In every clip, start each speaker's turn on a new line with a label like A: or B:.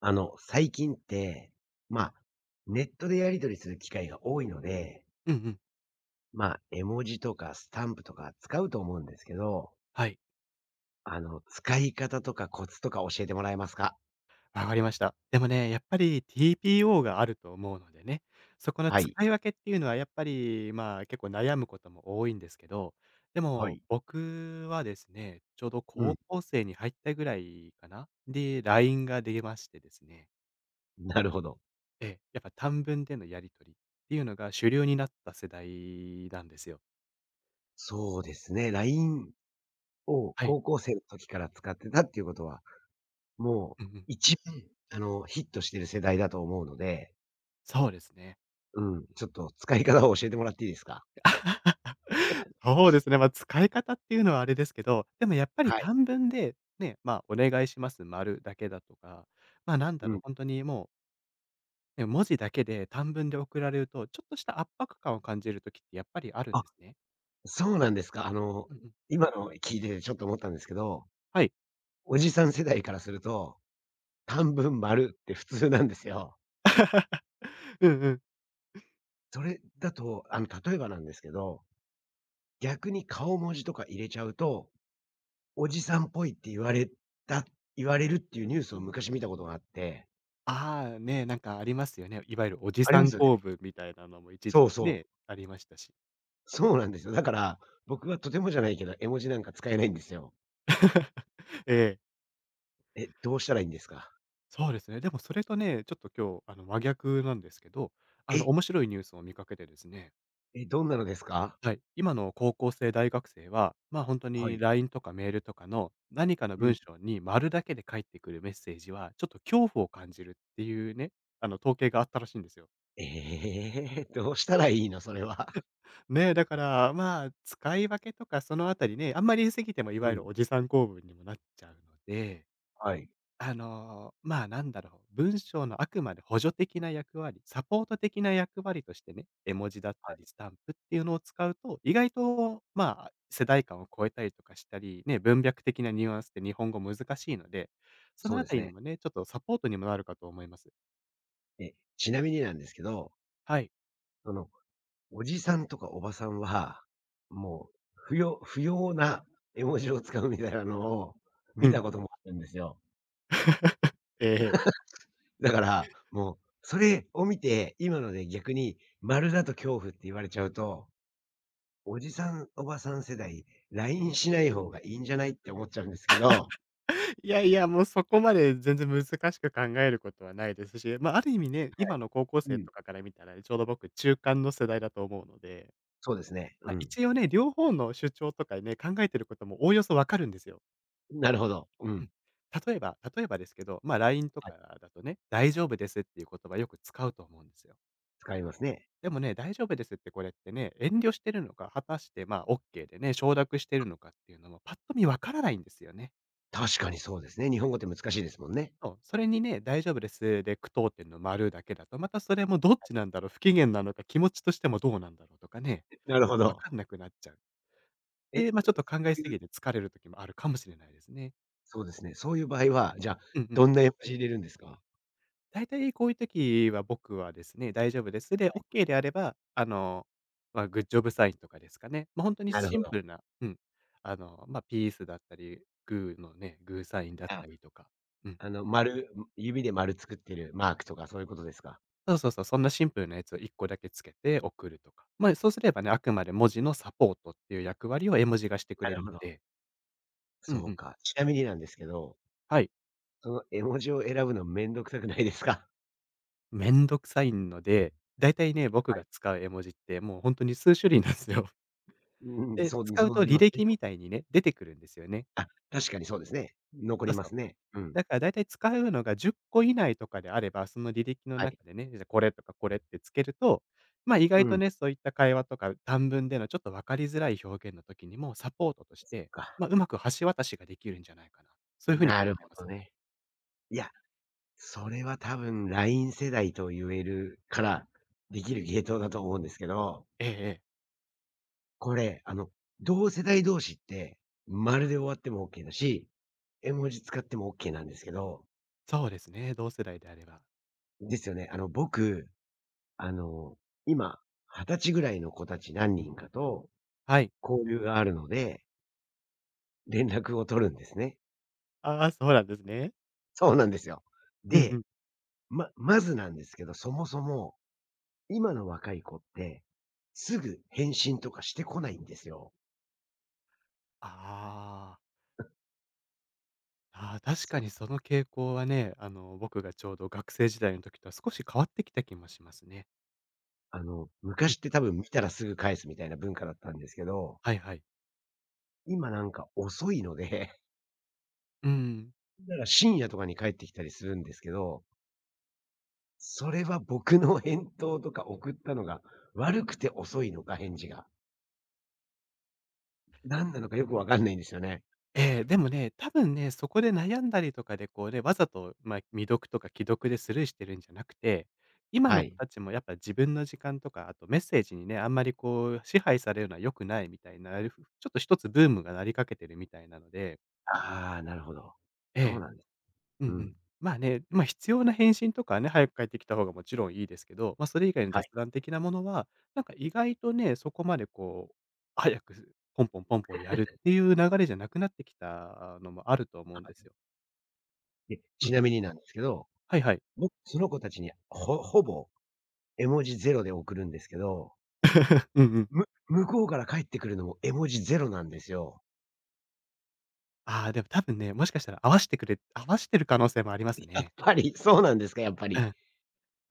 A: 最近って、まあ、ネットでやり取りする機会が多いので、
B: うんうん。
A: 絵文字とかスタンプとか使うと思うんですけど、
B: はい。
A: 使い方とかコツとか教えてもらえますか？
B: わかりました。でもね、やっぱり TPO があると思うのでね、そこの
A: は
B: 使
A: い。
B: い分けっていうのはやっぱり、まあ、結構悩むことも多いんですけど、で
A: は
B: も
A: い。
B: 僕はですね、ちょうど
A: うん。
B: 高校生に入ったぐらいかな、で、LINE が出ましてですね、
A: なるほど。
B: ええ、やっぱ短文でのやり取りっていうのが主流になった世代なんですよ。
A: そうですね。LINE を
B: はい。
A: 高校生の時から使ってたっていうことは、も
B: う
A: う
B: んうん。
A: 一番、ヒットしてる世代だと思うので、
B: そうですね。
A: うん。ちょっと使い方を教えてもらっていいですか？
B: そうですね、まあ、使い方っていうのはあれですけど、でもやっぱり
A: はい。
B: 短文で、ね、まあ、お願いします、丸だけだとか、まあ、なんだ
A: う
B: ろ
A: ん。
B: う、本当にもう、ね、文字だけで短文で送られると、ちょっとした圧迫感を感じる時ってやっぱりあるん
A: あ、
B: ですね。
A: そうなんですか。
B: うんうん。
A: 今の聞いてちょっと思ったんですけど、
B: はい。
A: おじさん世代からすると、短文丸って普通なんですよ。
B: うんうん。
A: それだと、例えばなんですけど、逆に顔文字とか入れちゃうと、おじさんっぽいってた言われるっていうニュースを昔見たことがあって、
B: ああ、ね、なんかありますよね。いわゆるおじ
A: あり
B: さ
A: ま
B: ん
A: すよ
B: 公
A: ね。
B: 文みたいなのも一
A: そ
B: 時
A: う
B: 期
A: そう。
B: ね、ありましたし。
A: そうなんですよ。だから、僕はとてもじゃないけど、絵文字なんか使えないんですよ。
B: ええ、
A: え、どうしたらいいんですか？
B: そうですね。でもそれとね、ちょっと今日、真逆なんですけど、
A: え、
B: 面白いニュースを見かけてですね。
A: え、どんなのですか？
B: はい。今の高校生、大学生は、まあ、本当
A: は
B: に
A: い。
B: LINE とかメールとかの何かの
A: うん。
B: 文章に丸だけで返ってくるメッセージは、ちょっと恐怖を感じるっていうね、統計があったらしいんですよ。
A: ええ。どうしたらいいの、それは。
B: ね、だから、まあ、使い分けとかそのあたりね、あんまり言い過ぎてもい
A: う
B: わゆ
A: ん、
B: るおじさん構文にもなっちゃうので、
A: はい。
B: まあ、なんだろう、文章のあくまで補助的な役割、サポート的な役割としてね、絵文字だったりスタンプっていうのを使うと、意外と、まあ、世代間を超えたりとかしたり、ね、文脈的なニュアンスって日本語難しいので、その
A: そう
B: あ
A: で
B: た
A: す
B: りに
A: ね。
B: もね、ちょっとサポートにもなるかと思います。
A: え、ちなみになんですけど、
B: はい。
A: その、おじさんとかおばさんは、もう、不要不要な絵文字を使うみたいなのを
B: う
A: 見
B: ん。
A: たこともあるんですよ。
B: ええ。
A: だから、もう、それを見て、今ので逆に丸だと恐怖って言われちゃうと、おじさん、おばさん世代、LINE しない方がいいんじゃないって思っちゃうんですけど。
B: いやいや、もうそこまで全然難しく考えることはないですし、まあ、ある意味ね、
A: はい、
B: 今の高校
A: う
B: 生
A: ん。
B: とかから見たら、ちょうど僕中間の世代だと思うので、
A: そうですね。う
B: まあ、
A: ん。
B: 一応ね、両方の主張とかね、考えてることもおおよそわかるんですよ。
A: なるほど。う
B: う
A: ん。
B: ん。例えばですけど、まあ、LINE と
A: はい、
B: かだとね、大丈夫ですっていう言葉よく使うと思うんですよ。
A: 使いますね。
B: でもね、大丈夫ですってこれってね、遠慮してるのか、果たしてまあ、オッケーでね、承諾してるのかっていうのもパッと見わからないんですよね。
A: 確かにそうですね。日本語って難しいですもんね。
B: そう、それにね、大丈夫ですで句読点の丸だけだと、またそれもどっちなんだろう、不機嫌なのか、気持ちとしてもどうなんだろうとかね、
A: なるほ
B: わ
A: ど。
B: かんなくなっちゃう。
A: え、
B: で、ま、あ
A: そ
B: ちょっと考
A: う
B: えす
A: い
B: ぎ
A: う
B: て疲れる時もあるかもしれないですね。
A: そうですね、そういう場合は、じゃあ、
B: うんう
A: ど
B: ん。
A: んな絵文字入れるんですか？
B: 大体こういう時は僕はですね、大丈夫です。で、
A: は
B: オッ
A: い。
B: ケーであれば、まあ、グッジョブサインとかですかね。ま、あ本当に
A: なるほ
B: シン
A: ど。
B: プルな、うん、まあ、ピースだったり、グーのね、グーサインだっ
A: あ、
B: たりとか、うん。
A: 丸、指で丸作ってるマークとかそういうことですか？
B: そうそうそう、そんなシンプルなやつを1個だけつけて送るとか。まあ、そうすればね、あくまで文字のサポートっていう役割を絵文字がしてく
A: な
B: れ
A: る
B: る
A: ほ
B: の
A: ど。
B: で、うん
A: そ
B: う
A: う
B: ん、
A: か。ちなみになんですけど、
B: はい。
A: その絵文字を選ぶのめんどくさくないですか？
B: めんどくさいので、大体ね、僕
A: は
B: が
A: い。
B: 使う絵文字ってもう本当に数種類なんですよ。
A: うん、
B: で、
A: そう
B: 使う
A: そうな
B: と
A: り
B: 履
A: ますね。
B: 歴みたいにね、出てくるんですよね。
A: あ、確かにそうですね。残
B: そ
A: り
B: う
A: ま
B: そう。
A: すね。うん。
B: だから大体使うのが10個以内とかであれば、その履歴の
A: はい。
B: 中でね、じゃ、これとかこれってつけると、ま、あ意
A: う
B: 外と
A: ん、
B: ね、そういった会話とか短文でのちょっと分かりづらい表現の時にも、サポートとして、
A: か。
B: ま、うまく橋渡しができるんじゃないかな。そういう風に考
A: なる
B: え
A: ほ
B: ま
A: ど
B: すね。
A: ね。いや、それは多分ライン世代と言えるから、できる芸当だと思うんですけど、
B: ええええ。
A: これ、同世代同士って、丸で終わってもオッケーだし、絵文字使ってもオッケーなんですけど、
B: そうですね、同世代であれば。
A: ですよね。僕、あの、今、二十歳ぐらいの子たち何人かと
B: はい。
A: 交流があるので、連絡を取るんですね。
B: ああ、そうなんですね。
A: そうなんですよ。
B: うんう
A: で、
B: ん。
A: まずなんですけど、そもそも、今の若い子って、すぐ返信とかしてこないんですよ。
B: あーあー、あ確かにその傾向はね、僕がちょうど学生時代の時とは少し変わってきた気もしますね。うん、
A: 昔って多分見たらすぐ返すみたいな文化だったんですけど、
B: はいはい。
A: 今なんか遅いので、
B: ううん。
A: だから深夜とかに帰ってきたりするんですけど、それは僕の返答とか送ったのが悪くて遅いのか、返事が。何なのかよくわかんないんですよね。
B: ええ、でもね、多分ね、そこで悩んだりとかで、こうね、わざと、まあ、未読とか既読でスルーしてるんじゃなくて、今
A: は
B: の子
A: い。
B: たちもやっぱ自分の時間とか、あとメッセージにね、あんまりこう支配されるのは良くないみたいな、ちょっと一つブームがなりかけてるみたいなので、
A: ああ、なるほど。
B: え
A: そう
B: え、
A: なんです。
B: うんう
A: う
B: ん。
A: ん。
B: まあね、ま、必要な返信とかはね、早く返ってきた方がもちろんいいですけど、ま、それ以外の
A: は
B: 雑
A: い。
B: 談的なものは、なんか意外とね、そこまでこう、早くポンポンポンポンやるっていう流れじゃなくなってきたのもあると思うんです
A: は
B: よ。
A: い。で、
B: う
A: ち
B: ん。
A: なみになんですけど、
B: はいはい。
A: 僕、その子たちにほぼ絵文字ゼロで送るんですけど、
B: うんうん。
A: 向こうから返ってくるのも絵文字ゼロなんですよ。
B: ああ、でも多分ね、もしかしたら合わせてる可能性もあります
A: やっ
B: ね。
A: ぱり、そうなんですか、やっぱ
B: う
A: り。
B: ん。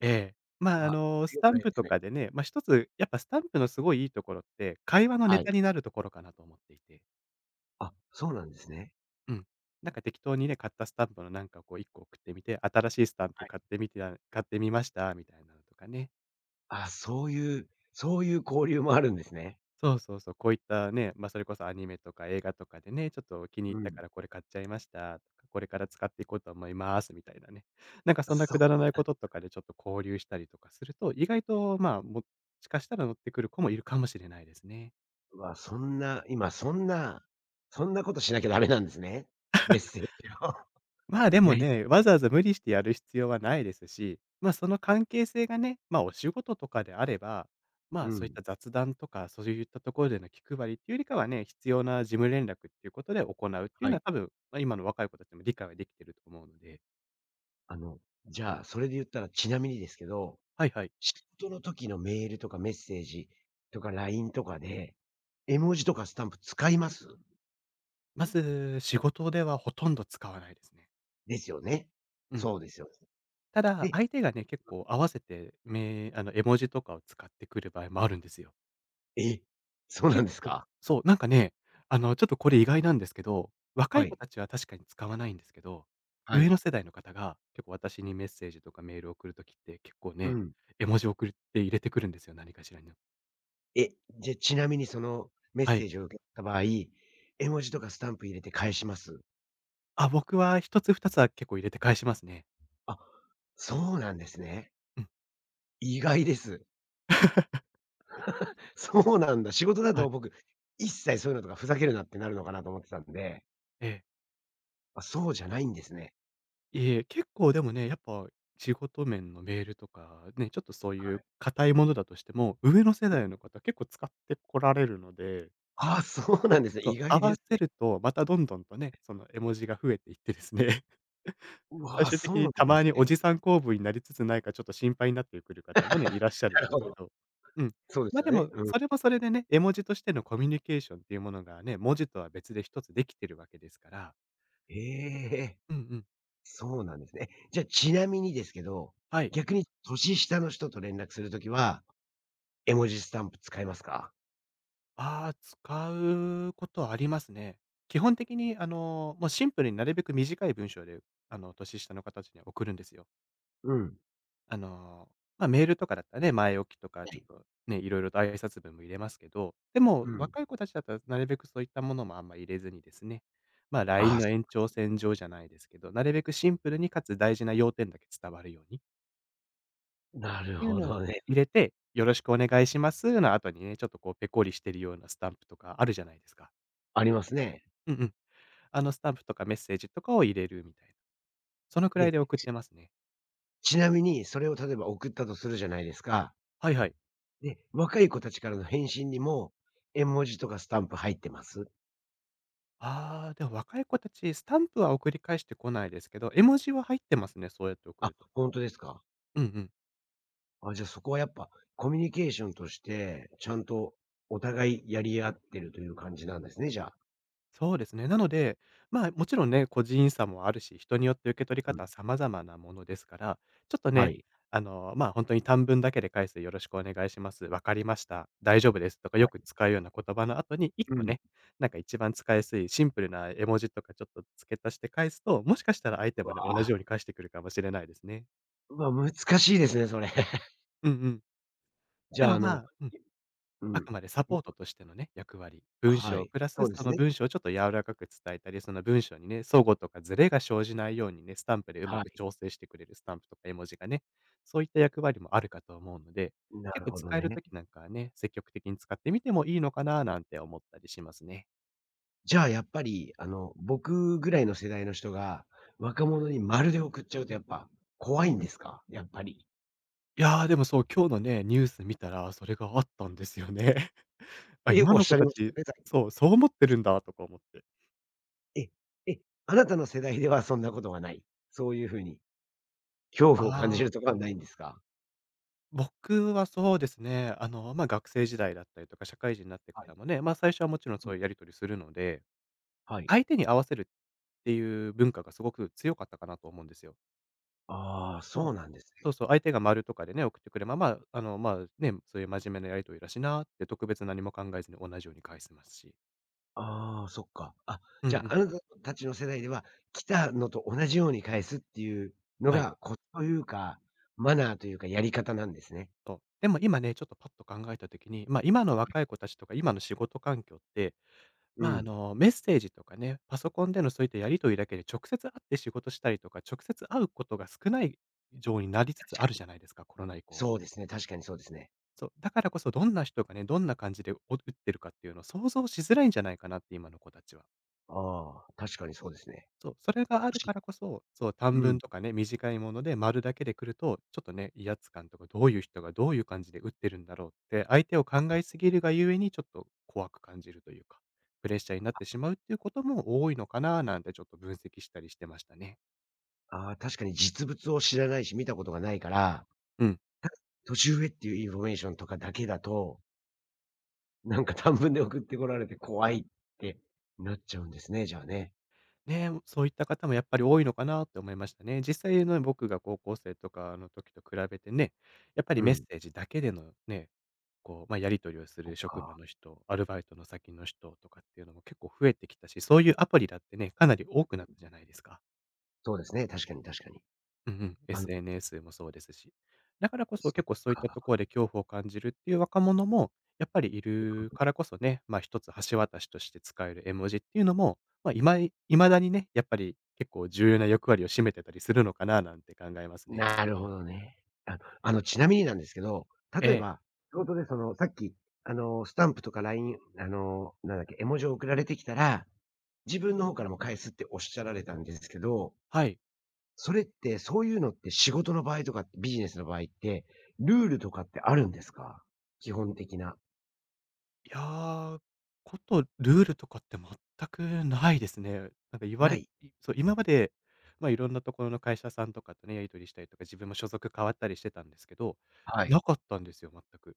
B: ええ。まあ、
A: わ、それ
B: ス
A: 良
B: タ
A: くな
B: ン
A: いで
B: プ
A: す
B: と
A: ね。
B: かでね、ま、一つやっぱスタンプのすごいいいところって、会話のネ
A: はい。
B: タになるところかなと思っていて。
A: あ、そうなんですね。
B: うん。なんか適当にね、買ったスタンプのなんかこう1個送ってみて、新しいスタン
A: は
B: プ
A: い。
B: 買ってみましたみたいなのとかね。
A: あ、そういう交流もあるんですね。
B: そうそうそう、こういったね、ま、あそれこそアニメとか映画とかでね、ちょっと気に入っ
A: う
B: た
A: ん。
B: からこれ買っちゃいましたとか、これから使っていこうと思いますみたいなね。なんかそんな
A: そ
B: くだら
A: う
B: ない
A: なん、
B: こととかでちょっと交流したりとかすると、意外とまあ、もしかしたら乗ってくる子もいるかもしれないですね。
A: うわ、そんな、今そんなことしなきゃダメなんですね。メッセージを
B: まあ、で
A: や
B: も
A: り取
B: ね、
A: り
B: わ
A: で。
B: ざわざ無理してやる必要はないですし、ま、その関係性がね、ま、お仕事とかであれば、ま
A: う
B: あ、そういっ
A: ん。
B: た雑談とか、そういったところでの気配りっていうよりかはね、必要な事務連絡っていうことで行うっていう
A: は
B: のは
A: い。
B: 多分、まあ、今の若い子たちも理解はできてると思うので、
A: あの、じゃあ、それで言ったらちなみにですけど、
B: はいはい。
A: 仕事の時のメールとかメッセージとか LINE とかで、絵文字とかスタンプ使います？
B: まず、仕事ではほとんど使わないですね。
A: ですよね。
B: うん。
A: そうですよね。
B: ただ、
A: で
B: 相手がね、結構合わせて、め絵文字とかを使ってくる場合もあるんですよ。
A: え、そうなん
B: 結
A: です
B: 構
A: か？
B: そう、なんかね、ちょっとこれ意外なんですけど、若
A: は
B: い
A: い、
B: 子たちは確かに使わないんですけど、
A: は
B: 上
A: い。
B: の世代の方が結構私にメッセージとかメールを送るときって結構
A: う
B: ね、
A: ん。
B: 絵文字を送って入れてくるんですよ、何かしらに。
A: え、じゃ、ちなみにそのメッ
B: は
A: セ
B: い。
A: ージを受けた場合、絵文字とかスタンプ入れて返します？
B: あ、僕は一つ二つは結構入れて返しますね。
A: あ、そうなんですね。
B: うん。
A: 意外です。そうなんだ。仕事だ
B: は
A: と
B: い。
A: 僕、一切そういうのとかふざけるなってなるのかなと思ってたんで、
B: ええ。
A: あ、そうじゃないんですね。
B: いえ、結構でもね、やっぱ仕事面のメールとかね、ちょっとそう
A: は
B: いう
A: い。
B: 硬いものだとしても、上の世代の方結構使ってこられるので、
A: あ、そうなんですね。
B: そ
A: 意
B: う、合
A: 外で
B: わ
A: す
B: せ
A: ね。
B: ると、またどんどんとね、その絵文字が増えていってですね。
A: う
B: 最
A: わ、
B: 終
A: そ
B: 的
A: うな
B: に
A: ん
B: た
A: で
B: ま
A: す
B: にお
A: ね。
B: じさん構文になりつつないかちょっと心配になってくる方もね、いらっしゃ
A: な
B: る
A: る
B: んで
A: ほ
B: すけ
A: ど。
B: ど。うん。
A: そうです
B: ま、
A: よ
B: で
A: ね。
B: も、
A: うん。
B: それもそれでね、絵文字としてのコミュニケーションっていうものがね、文字とは別で一つできてるわけですから。
A: ええ。
B: うんうん。
A: そうなんですね。え、じゃあちなみにですけど、
B: はい。
A: 逆に年下の人と連絡するときは、絵文字スタンプ使いますか？
B: ああ、使うことありますね。基本的にもうシンプルになるべく短い文章で、年下の方たちには送るんですよ。
A: うん。
B: あの、まあ、メールとかだったらね、前置きとか
A: は
B: ちょ
A: い。
B: っとね、いろいろと挨拶文も入れますけど、でも
A: うん。
B: 若い子たちだったらなるべくそういったものもあんま入れずにですね、まあ、
A: あ
B: LINE
A: あ、
B: の延長線上じゃないですけど、なるべくシンプルにかつ大事な要点だけ伝わるようにっ
A: なる
B: ていう
A: ほ
B: のを
A: どね。
B: 入れて、よろしくお願いしますの後にね、ちょっとこうペコリしてるようなスタンプとかあるじゃないですか。
A: ありますね。
B: うんうん。あのスタンプとかメッセージとかを入れるみたいな、そのくらいで
A: で、
B: 送ってますね。
A: ちなみにそれを例えば送ったとするじゃないですか。
B: はいはい。
A: で、若い子たちからの返信にも、絵文字とかスタンプ入ってます？
B: ああ、でも若い子たち、スタンプは送り返してこないですけど、絵文字は入ってますね、そうやって送
A: あ、
B: ると。
A: 本当ですか？
B: うんうん。
A: あ、じゃあそこはやっぱコミュニケーションとして、ちゃんとお互いやり合ってるという感じなんですね、じゃあ。
B: そうですね。なので、まあ、もちろんね、個人差もあるし、人によって受け取り
A: うん。
B: 方は様々なものですから、ちょっと
A: は
B: ね、
A: い。
B: まあ、本当に短文だけで返す、よろしくお願いします、わかりました、大丈夫ですとか
A: は
B: よく
A: い。
B: 使うような言葉の後に、1
A: う
B: 個
A: ん。
B: ね、なんか一番使いやすいシンプルな絵文字とかちょっと付け足して返すと、もしかしたら相手
A: う
B: も
A: わ。
B: ね、同じように返してくるかもしれないですね。
A: うわ、難しいですね、それ。
B: うんうん。
A: じ
B: で
A: ゃあ、
B: もまあ、うん。
A: う
B: あ
A: ん。
B: くまでサポートとしてのね、役割。文
A: は
B: 章
A: い。
B: プラ
A: そ
B: ス、
A: うで
B: そ
A: す
B: の
A: ね。
B: 文章をちょっと柔らかく伝えたり、その文章にね、齟齬とかズレが生じないようにね、スタンプでうま
A: は
B: く
A: い。
B: 調整してくれるスタンプとか絵文字がね、そういった役割もあるかと思うので、
A: な
B: 結
A: る
B: 構
A: ほど
B: 使える
A: ね。
B: ときなんかはね、積極的に使ってみてもいいのかななんて思ったりしますね。
A: じゃあ、やっぱり、僕ぐらいの世代の人が、若者にまるで送っちゃうとやっぱ怖いんですか？やっぱり。
B: いやー、でもそう、今日のね、ニュース見たらそれがあったんですよね。
A: っ
B: あ、
A: て
B: 今
A: おっ
B: の
A: し
B: 子
A: ゃい
B: た
A: ましたよ
B: ち、
A: ね、さっき。
B: そう、そう思ってるんだとか思って。
A: え、え、あなたの世代ではそんなことはない？そういうふうに恐
B: あ
A: 怖を感じる
B: あ。
A: とかはないんですか？
B: 僕はそうですね、まあ、学生時代だったりとか、社会人になって
A: は
B: か
A: い。
B: らもね、まあ、最初はもちろん
A: うん、
B: そういうやり取りするので、
A: はい。
B: 相手に合わせるっていう文化がすごく強かったかなと思うんですよ。
A: ああ、
B: ま
A: そ
B: あ、
A: うなんです
B: そう
A: ね。
B: そう、相手が丸とかでね、送ってくれば、まあ、まあ、ね、そういう真面目なやり取りだしなって、特別何も考えずに同じように返せますし。
A: ああ、そっか。あ、
B: うんう
A: じゃあ、
B: ん。
A: あなたたちの世代では、来たのと同じように返すっていうの
B: はい。
A: がコツというか、マナーというかやり方なんですね。
B: そう。でも今ね、ちょっとパッと考えた時に、ま、今の若い子たちとか、今の仕事環境って、
A: う
B: まあ、
A: ん。
B: メッセージとかね、パソコンでのそういったやり取りだけで直接会って仕事したりとか、直接会うことが少ない状になりつつ
A: 確
B: あ
A: か
B: るじ
A: に。
B: ゃないですか、コロナ以降。
A: そうですね、確かにそうですね。
B: そう、だからこそどんな人がね、どんな感じでお打ってるかっていうのを想像しづらいんじゃないかなって、今の子たちは。
A: ああ、確かにそうですね。
B: そう、それがあ
A: も
B: る
A: し、
B: からこそ、そう、短
A: う
B: 文
A: ん。
B: とかね、短いもので丸だけで来ると、ちょっとね、威圧感とか、どういう人がどういう感じで打ってるんだろうって、相手を考えすぎるがゆえに、ちょっと怖く感じるというか、プレッシャーになってしまうっていうことも多いのかななんてちょっと分析したりしてましたね。
A: ああ、確かに実物を知らないし、見たことがないから、
B: うん。
A: 年上っていうインフォメーションとかだけだと、なんか短文で送ってこられて怖いってなっちゃうんですね、じゃあね。
B: ね、そういった方もやっぱり多いのかなって思いましたね。実際の僕が高校生とかの時と比べてね、やっぱ
A: う
B: りメッセ
A: ん。
B: ージだけでのね、こう、まあ、やり取りをす
A: そっ
B: る職場
A: か。
B: の人、アルバイトの先の人とかっていうのも結構増えてきたし、そういうアプリだってね、かなり多くなったじゃないですか。
A: そうですね、確かに確かに。
B: うんうん、
A: あの、
B: SNS もそうですし。だからこそ
A: そっ
B: 結構そういった
A: か。
B: ところで恐怖を感じるっていう若者もやっぱりいるからこそね、ま、あ一つ橋渡しとして使える絵文字っていうのも、ま、いまいまだにね、やっぱり結構重要な役割を占めてたりするのかななんて考えますね。
A: なるほどね。あ、ちなみになんですけど、
B: え
A: 例え
B: え、
A: ば、仕事でその、さっき、スタンプとかライン、なんだっけ、絵文字を送られてきたら、自分の方からも返すっておっしゃられたんですけど、
B: はい。
A: それってそういうのって仕事の場合とかビジネスの場合って、ルールとかってあるんですか？基本的な。
B: いやー、こと、ルールとかって全くないですね。なんか言わ
A: な
B: れ
A: い？
B: いそう、今まで、ま、いろんなところの会社さんとかとね、やり取りしたりとか、自分も所属変わったりしてたんですけど、
A: は
B: な
A: い。
B: かったんですよ、全く。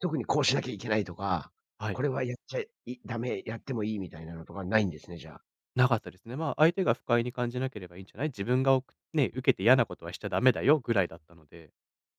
A: 特にこうしなきゃいけないとか、
B: は
A: こ
B: い。
A: れはやっちゃいダメ、やってもいいみたいなのとかないんですね、じゃあ。
B: なかったですね。まあ、相手が不快に感じなければいいんじゃない？自分がおくね、受けて嫌なことはしちゃダメだよぐらいだったので。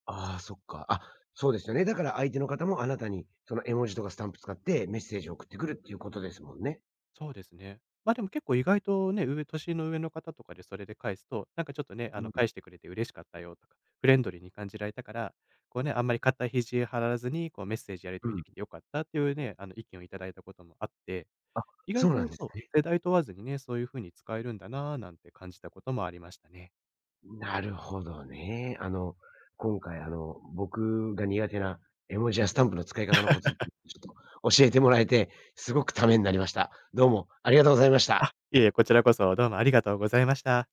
A: ああ、そっか。あ、そうですよね。だから相手の方もあなたに、その絵文字とかスタンプ使ってメッセージを送ってくるっていうことですもんね。
B: そうですね。ま、でも結構意外とね、上年の上の方とかでそれで返すと、なんかちょっとね、
A: うん、
B: 返してくれて嬉しかったよとか、フレンドリーに感じられたから、こうね、あんまり固い肘張らずに、こうメッセージやり
A: う
B: 取り
A: ん。
B: できて良かったっていうね、意見をいただいたこともあって、
A: あ、
B: 意外
A: そうな
B: と
A: んで
B: そ
A: す
B: う、
A: ね。
B: 世代問わずにね、そういう風に使えるんだなぁなんて感じたこともありましたね。
A: なるほどね。今回僕が苦手な絵文字やスタンプの使い方のコツ、ちょっと教えてもらえて、すごくためになりました。どうもありがとうございまし
B: あ、
A: た。
B: いえいえ、こちらこそどうもありがとうございました。